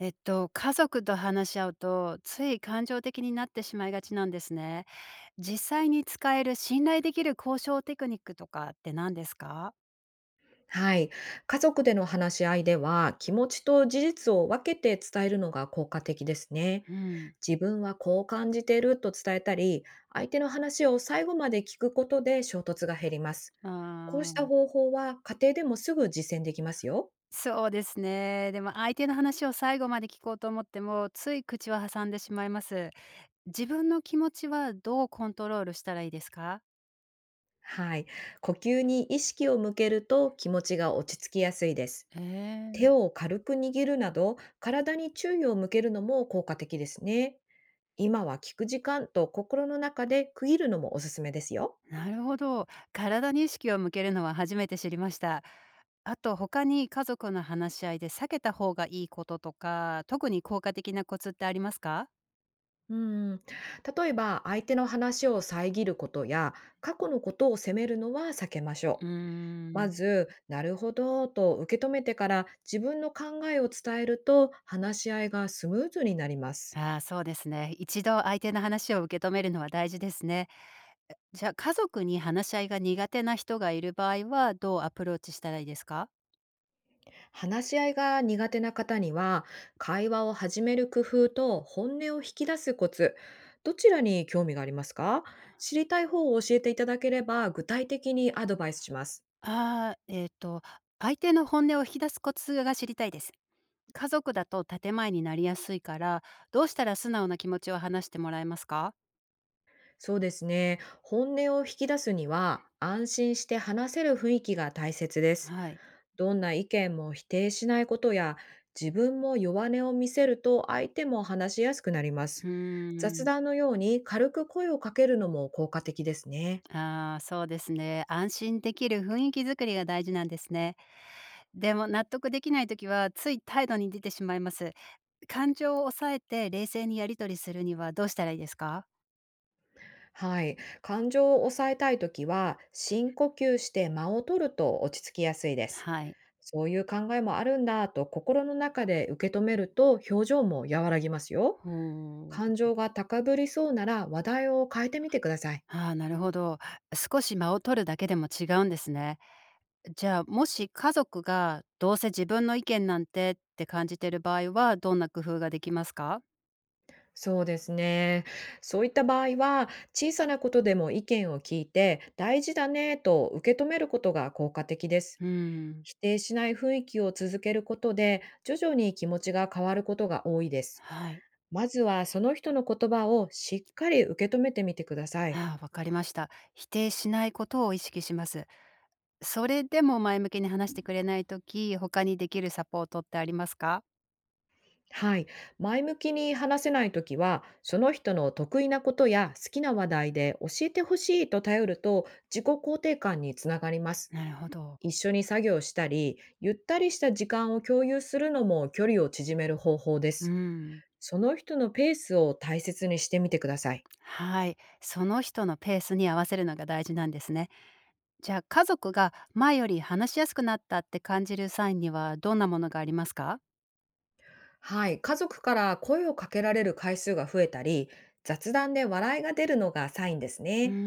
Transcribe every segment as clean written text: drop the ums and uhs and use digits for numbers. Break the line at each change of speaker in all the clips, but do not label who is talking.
家族と話し合うと、つい感情的になってしまいがちなんですね。実際に使える信頼できる交渉テクニックとかって何ですか？
はい。家族での話し合いでは、気持ちと事実を分けて伝えるのが効果的ですね。
うん。
自分はこう感じていると伝えたり、相手の話を最後まで聞くことで衝突が減ります。
あ
こうした
ー、
方法は家庭でもすぐ実践できますよ。
そうですね。でも相手の話を最後まで聞こうと思っても、つい口は挟んでしまいます。自分の気持ちはどうコントロールしたらいいですか？
はい。呼吸に意識を向けると気持ちが落ち着きやすいです。
え
手
ー、
を軽く握るなど、体に注意を向けるのも効果的ですね。今は聞く時間と心の中で区切るのもおすすめですよ。
なるほど。体に意識を向けるのは初めて知りました。あと他に家族の話し合いで避けた方がいいこととか、特に効果的なコツってありますか？
うん、例えば相手の話を遮ることや過去のことを責めるのは避けまし
うー
ょう。ま
ん。
ず「なるほど」と受け止めてから自分の考えを伝えると話し合いがスムーズになります。
ああ、そうですね。一度相手の話を受け止めるのは大事ですね。じゃあ家族に話し合いが苦手な人がいる場合は、どうアプローチしたらいいですか？
話し合いが苦手な方には、会話を始める工夫と本音を引き出すコツ、どちらに興味がありますか？知りたい方を教えていただければ具体的にアドバイスします。
ああ、相手の本音を引き出すコツが知りたいです。家族だと建前になりやすいから、どうしたら素直な気持ちを話してもらえますか？
そうですね。本音を引き出すには、安心して話せる雰囲気が大切です。
はい。
どんな意見も否定しないことや、自分も弱音を見せると相手も話しやすくなりま
う
す。
ー
雑
ん。
談のように軽く声をかけるのも効果的ですね。
ああ、そうですね。安心できる雰囲気づくりが大事なんですね。でも納得できないときはつい態度に出てしまいます。感情を抑えて冷静にやり取りするにはどうしたらいいですか？
はい。感情を抑えたいときは、深呼吸して間を取ると落ち着きやすいです。
はい。
そういう考えもあるんだと心の中で受け止めると表情も和らぎますよ。
ほ
感
う。
情が高ぶりそうなら話題を変えてみてください。
ああ、なるほど。少し間を取るだけでも違うんですね。じゃあ、もし家族がどうせ自分の意見なんてって感じてる場合はどんな工夫ができますか？
そうですね。そういった場合は、小さなことでも意見を聞いて、大事だねと受け止めることが効果的です。
うん。
否定しない雰囲気を続けることで、徐々に気持ちが変わることが多いです。
はい。
まずはその人の言葉をしっかり受け止めてみてください。
ああ、わかりました。否定しないことを意識します。それでも前向きに話してくれないとき、他にできるサポートってありますか？
はい。前向きに話せないときは、その人の得意なことや好きな話題で教えてほしいと頼ると、自己肯定感につながります。
なるほど。
一緒に作業したり、ゆったりした時間を共有するのも距離を縮める方法で
う
す。
ん。
その人のペースを大切にしてみてください。
はい。その人のペースに合わせるのが大事なんですね。じゃあ、家族が前より話しやすくなったって感じるサインにはどんなものがありますか？
はい。家族から声をかけられる回数が増えたり、雑談で笑いが出るのがサインです
うー
ね。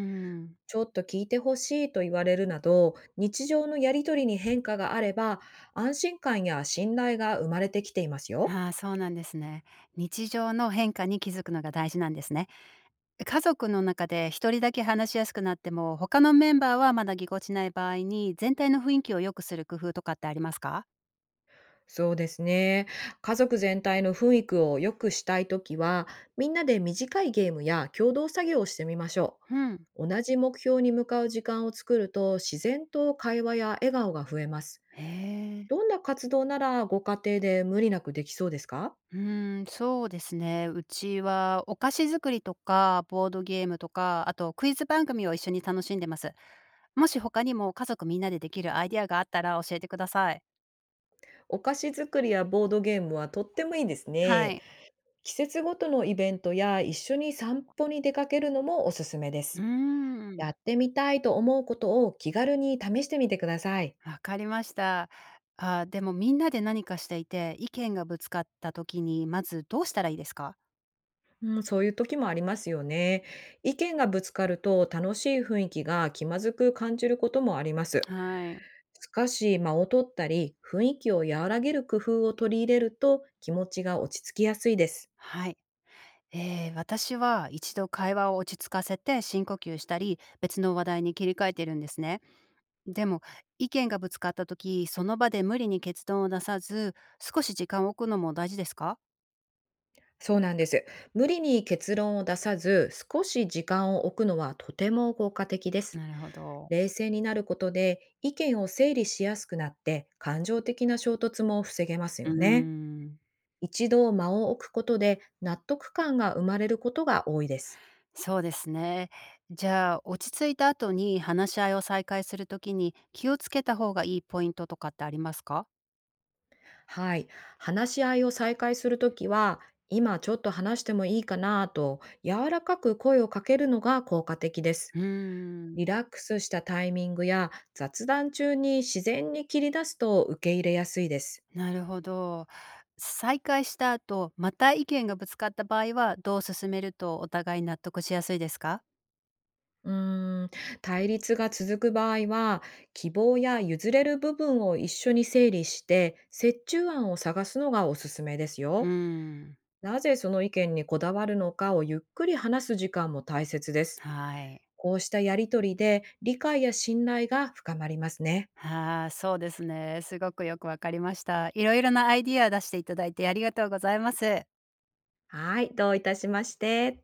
ん。
ちょっと聞いてほしいと言われるなど、日常のやりとりに変化があれば、安心感や信頼が生まれてきていますよ。
ああ、そうなんですね。日常の変化に気づくのが大事なんですね。家族の中で一人だけ話しやすくなっても、他のメンバーはまだぎこちない場合に、全体の雰囲気を良くする工夫とかってありますか？
そうですね。家族全体の雰囲気を良くしたいときは、みんなで短いゲームや共同作業をしてみましょ
うん。
う。同じ目標に向かう時間を作ると、自然と会話や笑顔が増えます。
へえ。
どんな活動ならご家庭で無理なくできそうですか？
うーん、そうですね。うちはお菓子作りとか、ボードゲームとか、あとクイズ番組を一緒に楽しんでます。もし他にも家族みんなでできるアイディアがあったら教えてください。
お菓子作りやボードゲームはとってもいいです
は
ね。
い。
季節ごとのイベントや一緒に散歩に出かけるのもおすすめで
うー
す。や
ん、
ってみたいと思うことを気軽に試してみてください。
わかりました。あ、でもみんなで何かしていて、意見がぶつかった時に、まずどうしたらいいですか？
うん、そういう時もありますよね。意見がぶつかると楽しい雰囲気が気まずく感じることもあります。
はい。
しかし、間を取ったり、雰囲気を和らげる工夫を取り入れると気持ちが落ち着きやすいです。
はい。ええ、私は一度会話を落ち着かせて深呼吸したり、別の話題に切り替えてるんですね。でも意見がぶつかった時、その場で無理に結論を出さず少し時間を置くのも大事ですか？
そうなんです。無理に結論を出さず、少し時間を置くのはとても効果的です。
なるほど。
冷静になることで意見を整理しやすくなって、感情的な衝突も防げます
うー
よね。
ん、
一度間を置くことで納得感が生まれることが多いです。
そうですね。じゃあ落ち着いた後に話し合いを再開する時に気をつけた方がいいポイントとかってありますか？
はい。話し合いを再開するときは、今ちょっと話してもいいかなと柔らかく声をかけるのが効果的です。
うー
リ
ん、
ラックスしたタイミングや雑談中に自然に切り出すと受け入れやすいです。
なるほど。再開した後また意見がぶつかった場合はどう進めるとお互い納得しやすいですか？
うーん、対立が続く場合は、希望や譲れる部分を一緒に整理して、折衷案を探すのがおすすめです
うー
よ。
ん、
なぜその意見にこだわるのかをゆっくり話す時間も大切です。
はい。
こうしたやりとりで理解や信頼が深まりますね。
ああ、そうですね。すごくよくわかりました。いろいろなアイディア出していただいてありがとうございます。
はい、どういたしまして。